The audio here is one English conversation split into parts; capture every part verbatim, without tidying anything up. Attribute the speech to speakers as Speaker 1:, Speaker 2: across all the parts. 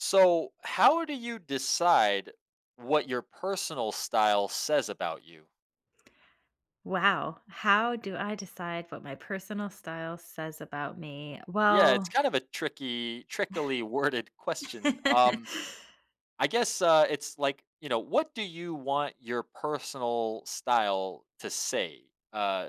Speaker 1: So, how do you decide what your personal style says about you?
Speaker 2: Wow. How do I decide what my personal style says about me?
Speaker 1: Yeah, it's
Speaker 2: Well,
Speaker 1: kind of a tricky, trickily worded question. Um, I guess uh, it's like you know, what do you want your personal style to say uh,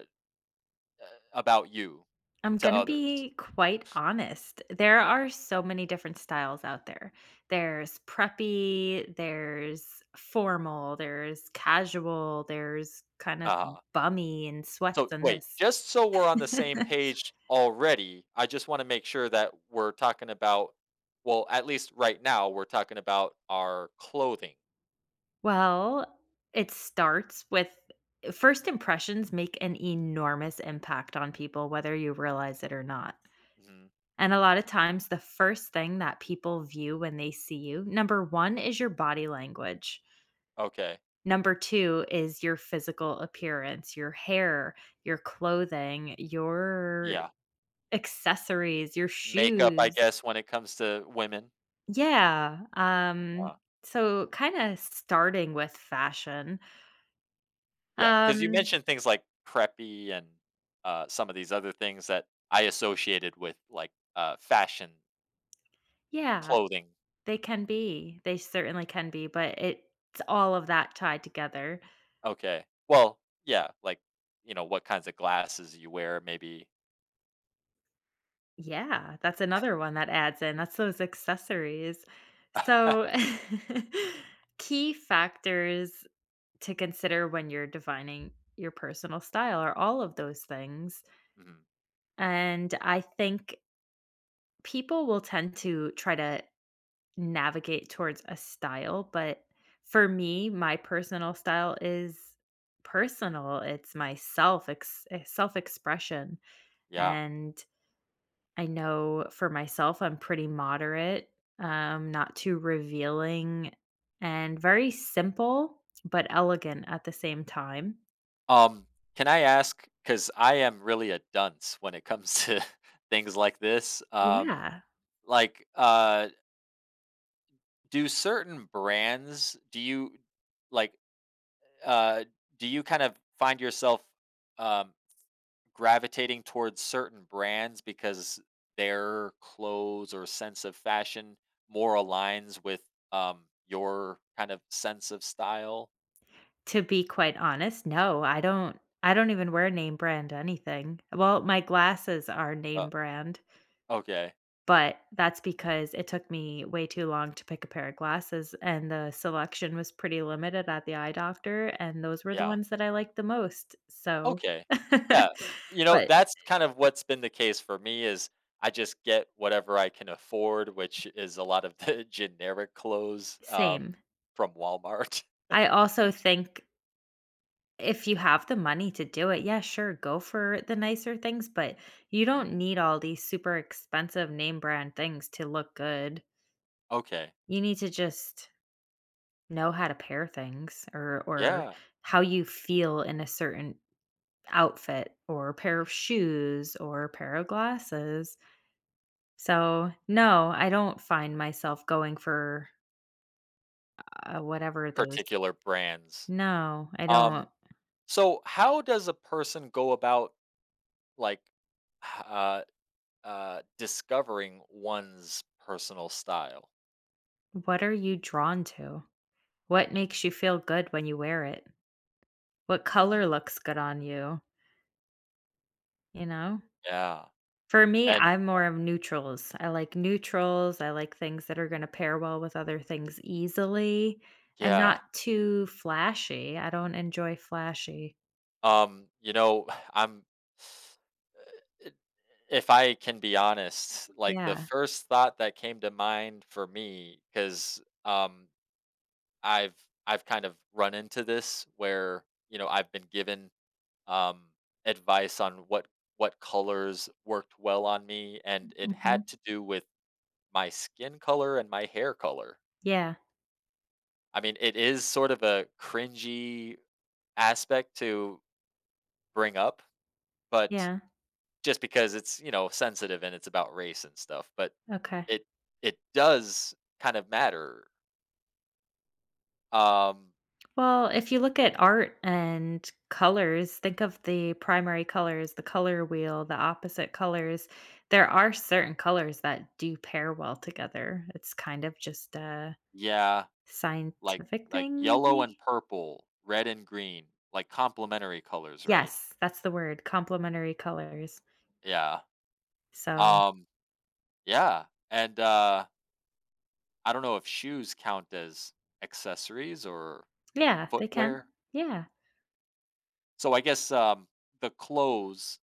Speaker 1: about you
Speaker 2: I'm
Speaker 1: to
Speaker 2: going to
Speaker 1: others?
Speaker 2: be quite honest. There are so many different styles out there. There's preppy, there's formal, there's casual, there's kind of
Speaker 1: Uh,
Speaker 2: bummy and sweats
Speaker 1: so,
Speaker 2: and
Speaker 1: wait,
Speaker 2: this.
Speaker 1: just so we're on the same page already, I just want to make sure that we're talking about, well, at least right now, we're talking about our clothing.
Speaker 2: Well, it starts with first impressions make an enormous impact on people, whether you realize it or not.
Speaker 1: Mhm.
Speaker 2: And a lot of times, the first thing that people view when they see you, number one, is your body language.
Speaker 1: Okay,
Speaker 2: Number two is your physical appearance, your hair, your clothing, your
Speaker 1: yeah.
Speaker 2: accessories, your
Speaker 1: Makeup, I
Speaker 2: shoes.
Speaker 1: guess, when it comes to women.
Speaker 2: Yeah. Um,
Speaker 1: Uh,
Speaker 2: so kind of starting with fashion.
Speaker 1: yeah, because you
Speaker 2: Um,
Speaker 1: mentioned things like preppy and, uh, some of these other things that I associated with, like, uh, fashion,
Speaker 2: yeah,
Speaker 1: clothing.
Speaker 2: they can be. They certainly can be, but it's all of that tied together.
Speaker 1: Okay. Well, yeah, like, you know, what kinds of glasses you wear, maybe.
Speaker 2: Yeah, that's another one that adds in. That's those accessories. So, key factors to consider when you're defining your personal style are all of those things.
Speaker 1: Mhm.
Speaker 2: And I think people will tend to try to navigate towards a style. But for me, my personal style is personal, it's my self ex- self expression.
Speaker 1: Yeah.
Speaker 2: And I know for myself, I'm pretty moderate, um, not too revealing, and very simple, but
Speaker 1: Mm.
Speaker 2: elegant at the same time.
Speaker 1: Um, can I ask? Because I am really a dunce when it comes to things like this, um,
Speaker 2: Yeah.
Speaker 1: like, uh do certain brands do you like, uh, do you kind of find yourself, um, gravitating towards certain brands because their clothes or sense of fashion more aligns with, um, your kind of sense of style?
Speaker 2: To be quite honest, no, I don't. I don't even wear name brand anything. Well, my glasses are
Speaker 1: Uh,
Speaker 2: name brand,
Speaker 1: okay.
Speaker 2: but that's because it took me way too long to pick a pair of glasses, and the selection was pretty limited at the eye doctor, and those were the
Speaker 1: Yeah.
Speaker 2: ones that I liked the most. So,
Speaker 1: Okay. Yeah. You know,
Speaker 2: but
Speaker 1: that's kind of what's been the case for me is I just get whatever I can afford, which is a lot of the generic clothes, um,
Speaker 2: same.
Speaker 1: from Walmart.
Speaker 2: I also think if you have the money to do it, yeah, sure, go for the nicer things, but you
Speaker 1: Mm,
Speaker 2: don't need all these super expensive name brand things to look good.
Speaker 1: okay.
Speaker 2: You need to just know how to pair things or or
Speaker 1: Yeah,
Speaker 2: how you feel in a certain outfit or a pair of
Speaker 1: mhm.
Speaker 2: shoes or a pair of glasses. So, no, I don't find myself going for, uh, whatever those.
Speaker 1: Particular brands.
Speaker 2: No, I
Speaker 1: Um,
Speaker 2: don't.
Speaker 1: so how does a person go about, like, h uh, uh, discovering one's personal style?
Speaker 2: What are you drawn to? What makes you feel good when you wear it? What color
Speaker 1: Mm,
Speaker 2: looks good on you, you know?
Speaker 1: yeah,
Speaker 2: For me,
Speaker 1: and
Speaker 2: I'm more of neutrals. I like neutrals. I like things that are gonna pair well with other things easily and
Speaker 1: yeah,
Speaker 2: not too flashy. I don't enjoy flashy.
Speaker 1: um, you know, I'm it if I can be honest, like, the
Speaker 2: Yeah.
Speaker 1: first thought that came to mind for me, because um, I've I've kind of run into this where, you know, I've been given um, advice on what what colors worked well on me, and it had
Speaker 2: Mhm.
Speaker 1: to do with my skin color and my hair color.
Speaker 2: Yeah.
Speaker 1: I mean, it is sort of a cringy aspect to bring up, but
Speaker 2: Yeah.
Speaker 1: just because it's, you know, sensitive and it's about race and stuff, but
Speaker 2: Okay.
Speaker 1: it it does kind of matter. Um,
Speaker 2: Well, if you look at art and colors, think of the primary colors, the color wheel, the opposite colors. There are certain colors that do pair well together. It's kind of just a
Speaker 1: yeah, like
Speaker 2: scientific
Speaker 1: like
Speaker 2: thing,
Speaker 1: yellow and
Speaker 2: maybe?
Speaker 1: purple, red and green, like complementary colors, right?
Speaker 2: Yes, that's the word, complementary colors.
Speaker 1: Yeah.
Speaker 2: So,
Speaker 1: Um, Yeah, and, uh, I don't know if shoes count as accessories or
Speaker 2: yeah, they can.
Speaker 1: footwear.
Speaker 2: Yeah.
Speaker 1: So I guess, um, the clothes,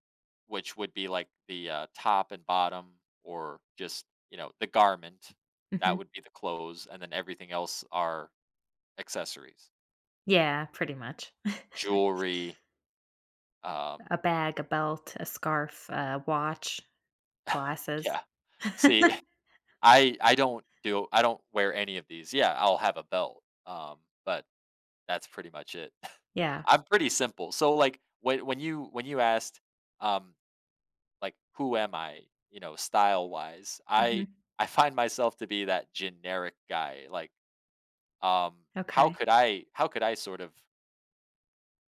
Speaker 1: which would be like the, uh, top and bottom or just, you know, the garment,
Speaker 2: Hmm.
Speaker 1: that would be the clothes, and then everything else are accessories.
Speaker 2: Yeah, pretty much.
Speaker 1: Jewelry, um,
Speaker 2: A bag, a belt, a scarf, a watch, glasses.
Speaker 1: yeah. See, I I don't do I don't wear any of these. Yeah, I'll have a belt, um, but that's pretty much it.
Speaker 2: Yeah.
Speaker 1: I'm pretty simple. So like when when you when you asked um like who am I, you know, style wise,
Speaker 2: Hmm.
Speaker 1: I I find myself to be that generic guy. Like um how
Speaker 2: Okay.
Speaker 1: could I how could I sort of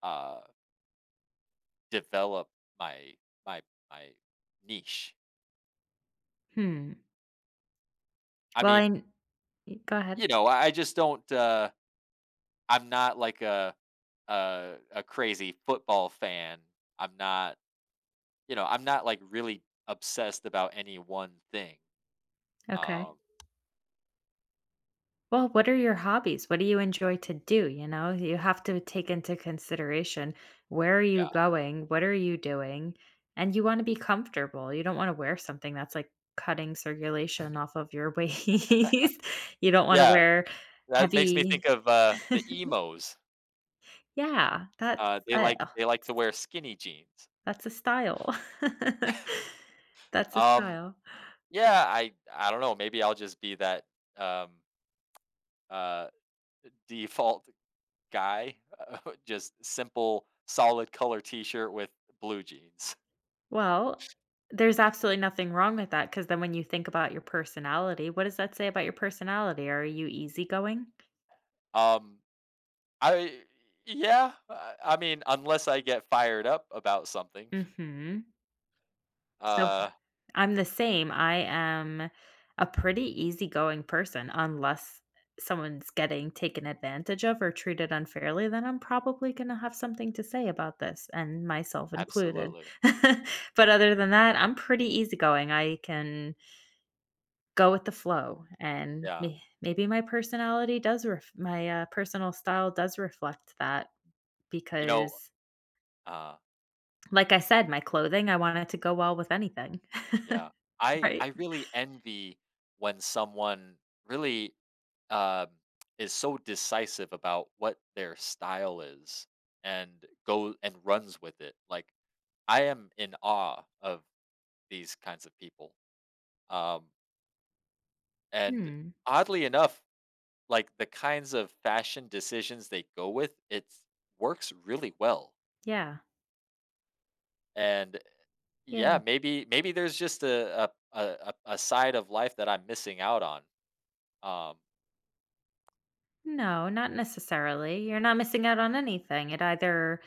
Speaker 1: uh develop my my my niche?
Speaker 2: Hmm.
Speaker 1: I
Speaker 2: Well,
Speaker 1: mean,
Speaker 2: I Y go ahead.
Speaker 1: you know, I I just don't uh I'm not like a a a crazy football fan. I'm not, you know, I'm not, like, really obsessed about any one thing.
Speaker 2: Okay.
Speaker 1: Um,
Speaker 2: Well, what are your hobbies? What do you enjoy to do, you know? You have to take into consideration where are you
Speaker 1: yeah.
Speaker 2: going? What are you doing? And you want to be comfortable. You don't want to wear something that's like cutting circulation off of your waist. You don't want to
Speaker 1: Yeah,
Speaker 2: wear
Speaker 1: that makes me think
Speaker 2: heavy.
Speaker 1: of, uh, the emos.
Speaker 2: Yeah, that's
Speaker 1: Uh, they
Speaker 2: uh,
Speaker 1: like they like to wear skinny jeans.
Speaker 2: that's a style. That's a
Speaker 1: Um,
Speaker 2: style.
Speaker 1: yeah, I I don't know, maybe I'll just be that, um, uh, default guy, just simple, solid color t-shirt with blue jeans.
Speaker 2: Well, there's absolutely nothing wrong with that because then when you think about your personality, what does that say about your personality? Are you easygoing?
Speaker 1: Um, I yeah, I I mean, unless I get fired up about something.
Speaker 2: Mhm. So f
Speaker 1: Uh,
Speaker 2: I'm the same. I am a pretty easygoing person unless someone's getting taken advantage of or treated unfairly, then I'm probably gonna have something to say about this, and myself included.
Speaker 1: Absolutely,
Speaker 2: But other than that, I'm pretty easygoing. I can go with the flow and
Speaker 1: yeah.
Speaker 2: may maybe my personality does ref my, uh, personal style does reflect that
Speaker 1: You know.
Speaker 2: because,
Speaker 1: Uh,
Speaker 2: like I said, my clothing, I want it to go well with anything,
Speaker 1: yeah. I I
Speaker 2: right?
Speaker 1: really envy when someone really, um, is so decisive about what their style is and go and runs with it. Like I am in awe of these kinds of people. Um, and
Speaker 2: Hmm,
Speaker 1: oddly enough, like the kinds of fashion decisions they go with, it works really well.
Speaker 2: yeah,
Speaker 1: And
Speaker 2: yeah.
Speaker 1: yeah, maybe maybe there's just a a, a a a side of life that I'm missing out on. Um,
Speaker 2: No, not necessarily. You're not missing out on anything. It either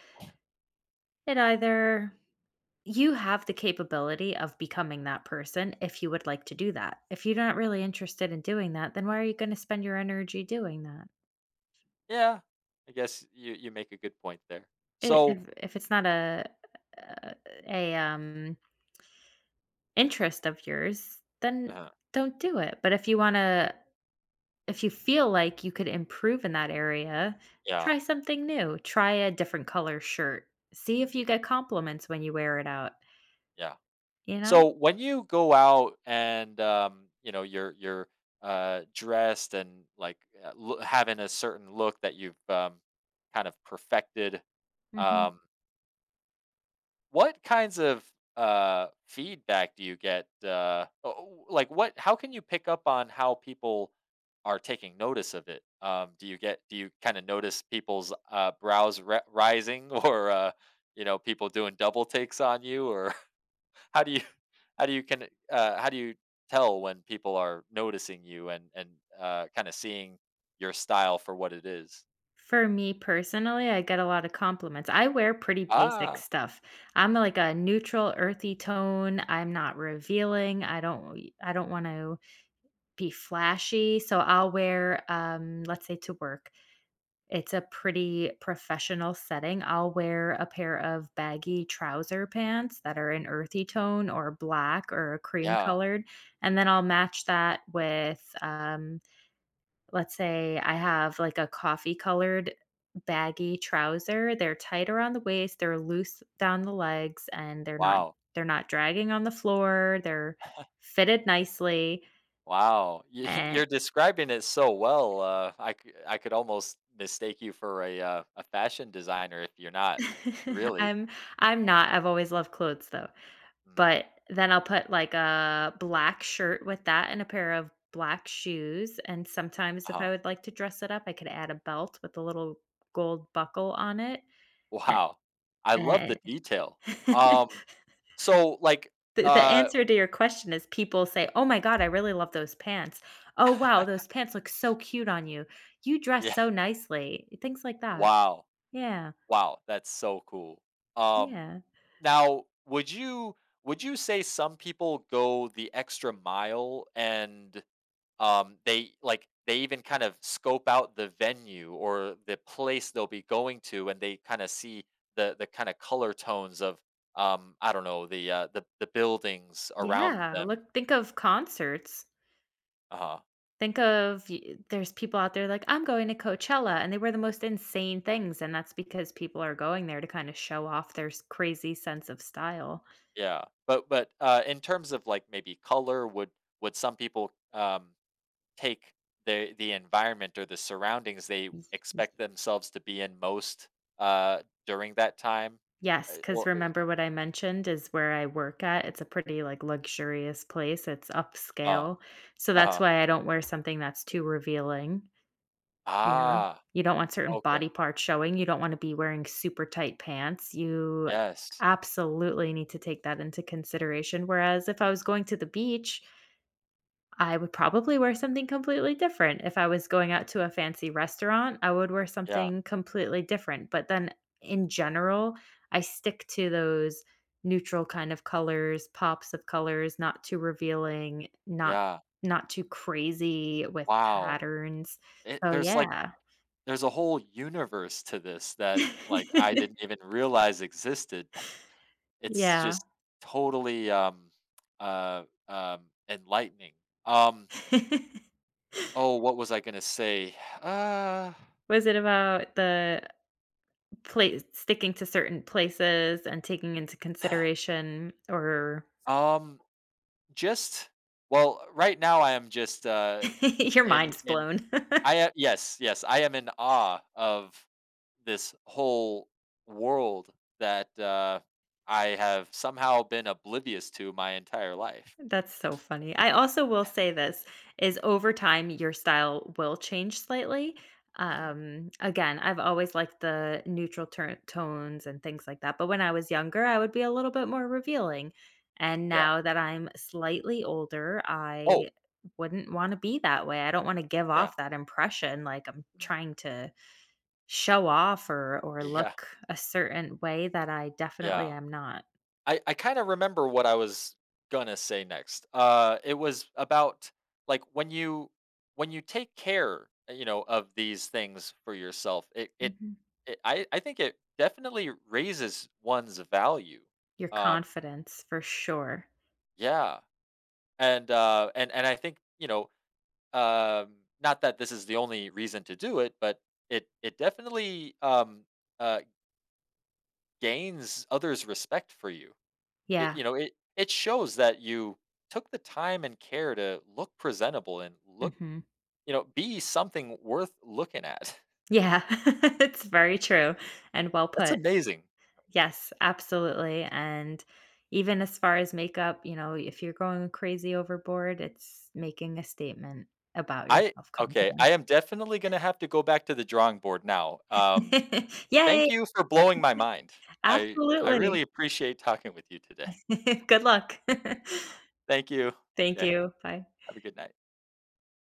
Speaker 2: it either you have the capability of becoming that person if you would like to do that. If you're not really interested in doing that, then why are you gonna spend your energy doing that?
Speaker 1: Yeah, I guess you you make a good point there.
Speaker 2: I
Speaker 1: So,
Speaker 2: if if it's not a a a, um, interest of yours, then
Speaker 1: uh
Speaker 2: don't do it, but if you wanna if you feel like you could improve in that area,
Speaker 1: yeah,
Speaker 2: try something new, try a different color shirt, see
Speaker 1: mhm,
Speaker 2: if you get compliments when you wear it out,
Speaker 1: yeah.
Speaker 2: you know?
Speaker 1: So when you go out and um, you know you're you're uh, dressed and like uh, lo- having a certain look that you've, um, kind of perfected,
Speaker 2: Mhm.
Speaker 1: um, what kinds of, uh, feedback do you get, uh, o like, what how can you pick up on how people are taking notice of it? Um, do you get do you kinda notice people's, uh, brows ri rising or, uh, you know, people doing double takes on you? Or how do you how do you can, uh, how do you tell when people are noticing you and and, uh, kinda seeing your style for what it is?
Speaker 2: For me personally, I get a lot of compliments. I wear pretty basic
Speaker 1: Ah.
Speaker 2: stuff. I'm like a neutral earthy tone, I'm not revealing, I don't I don't wanna be flashy. So I'll wear, um, let's say to work, it's a
Speaker 1: Mm.
Speaker 2: pretty professional setting. I'll wear a pair of baggy trouser pants that are an earthy tone or black or a cream
Speaker 1: Yeah.
Speaker 2: colored. And then I'll match that with, um, let's say I have like a coffee colored baggy trouser. They're tight around the waist, they're loose down the legs, and they're not
Speaker 1: Wow.
Speaker 2: they're not dragging on the floor. They're fitted nicely.
Speaker 1: Wow, y
Speaker 2: And
Speaker 1: you're describing it so well, uh, I c I could almost mistake you for a, uh, a fashion designer if you're not, really.
Speaker 2: I'm I'm not. I've always loved clothes though.
Speaker 1: Mm,
Speaker 2: But then I'll put like a black shirt with that and a pair of black shoes. And sometimes if
Speaker 1: uh-huh.
Speaker 2: I would like to dress it up, I could add a belt with a little gold buckle on it. N-
Speaker 1: Wow, I love the
Speaker 2: eh.
Speaker 1: detail. Um, so, like,
Speaker 2: the, the
Speaker 1: uh
Speaker 2: answer to your question is people say, "Oh my God, I really love those pants. Oh wow, those pants look so cute on you. You dress
Speaker 1: Yeah,
Speaker 2: so nicely." Things like that.
Speaker 1: wow,
Speaker 2: Yeah.
Speaker 1: wow, that's so cool. Um,
Speaker 2: Yeah.
Speaker 1: Now, would you would you say some people go the extra mile and, Um, they like they even kind of scope out the venue or the place they'll be going to, and they kind of see the the kind of color tones of, um, I don't know, the uh, the the buildings around
Speaker 2: Yeah.
Speaker 1: them.
Speaker 2: Look, think of concerts.
Speaker 1: Uh-huh.
Speaker 2: Think of y There's people out there like, "I'm going to Coachella," and they wear the most insane things, and that's because people are going there to kinda show off their s crazy sense of style.
Speaker 1: Yeah, but but uh, in terms of like maybe color, would would some people, um, take the the environment or the surroundings they
Speaker 2: Y
Speaker 1: expect
Speaker 2: y
Speaker 1: themselves to be in most, uh, during that time? Uh,
Speaker 2: Yes, 'cause
Speaker 1: Or
Speaker 2: remember what I mentioned is where I work at, it's a pretty, like, luxurious place, it's
Speaker 1: uh,
Speaker 2: upscale, so
Speaker 1: uh
Speaker 2: that's
Speaker 1: huh.
Speaker 2: why I don't wear something that's too revealing. You know?
Speaker 1: Ah,
Speaker 2: You don't want certain
Speaker 1: okay.
Speaker 2: body parts showing, you don't wanna be wearing super tight pants, you
Speaker 1: Yes.
Speaker 2: absolutely need to take that into consideration, whereas if I was going to the beach, I would probably wear something completely different. If I was going out to a fancy restaurant, I would wear
Speaker 1: Yeah,
Speaker 2: something completely different, but then in general, I stick to those neutral kind of colors, pops of colors, not too revealing, not
Speaker 1: yeah.
Speaker 2: not too crazy with
Speaker 1: Wow.
Speaker 2: patterns.
Speaker 1: It
Speaker 2: So,
Speaker 1: there's, like,
Speaker 2: yeah.
Speaker 1: there's a whole universe to this that, like, I didn't even realize existed. It's
Speaker 2: Yeah.
Speaker 1: just totally, um, uh, um, enlightening. Um, oh, what was I gonna say? Uh,
Speaker 2: Was it about the place sticking to certain places and taking into consideration or
Speaker 1: um, just well, right now I am just, uh
Speaker 2: your
Speaker 1: in,
Speaker 2: mind's
Speaker 1: and
Speaker 2: blown?
Speaker 1: I a yes, yes, I am in awe of this whole world that, uh, I have somehow been oblivious to my entire life.
Speaker 2: That's so funny. I also will say this is over time your style will change slightly.
Speaker 1: Mhm,
Speaker 2: Um again, I've always liked the neutral turn tones and things like that, but when I was younger, I would be a little bit more revealing. And
Speaker 1: yeah.
Speaker 2: now that I'm slightly older,
Speaker 1: Oh,
Speaker 2: I wouldn't want to be that way. I don't want to give
Speaker 1: yeah.
Speaker 2: off that impression like I'm
Speaker 1: Mm,
Speaker 2: trying to show off or or
Speaker 1: yeah,
Speaker 2: look a certain way that I definitely
Speaker 1: yeah.
Speaker 2: am not.
Speaker 1: I I kinda remember what I was gonna say next. Uh, it was about, like, when you when you take care, uh, you know, of these things for yourself, it it
Speaker 2: Mhm.
Speaker 1: it I I think it definitely raises one's value.
Speaker 2: Your
Speaker 1: Um,
Speaker 2: confidence for sure.
Speaker 1: yeah, and, uh, and and I think, you know, um, not that this is the only reason to do it, but it it definitely, um, uh, gains others' respect for you. It
Speaker 2: Yeah.
Speaker 1: You know, it it shows that you took the time and care to look presentable and look,
Speaker 2: Mhm.
Speaker 1: you know, be something worth looking at.
Speaker 2: Yeah, it's very true and well
Speaker 1: That's
Speaker 2: put.
Speaker 1: amazing.
Speaker 2: Yes, absolutely, and even as far as makeup, you know, if you're going crazy overboard, it's making a statement about your
Speaker 1: I Okay,
Speaker 2: self-confidence.
Speaker 1: I am definitely gonna have to go back to the drawing board now. Um,
Speaker 2: Yay,
Speaker 1: thank you for blowing my mind. I I
Speaker 2: absolutely.
Speaker 1: really appreciate talking with you today.
Speaker 2: Good luck.
Speaker 1: Thank you.
Speaker 2: Thank
Speaker 1: Yeah.
Speaker 2: you. Bye.
Speaker 1: Have a good night.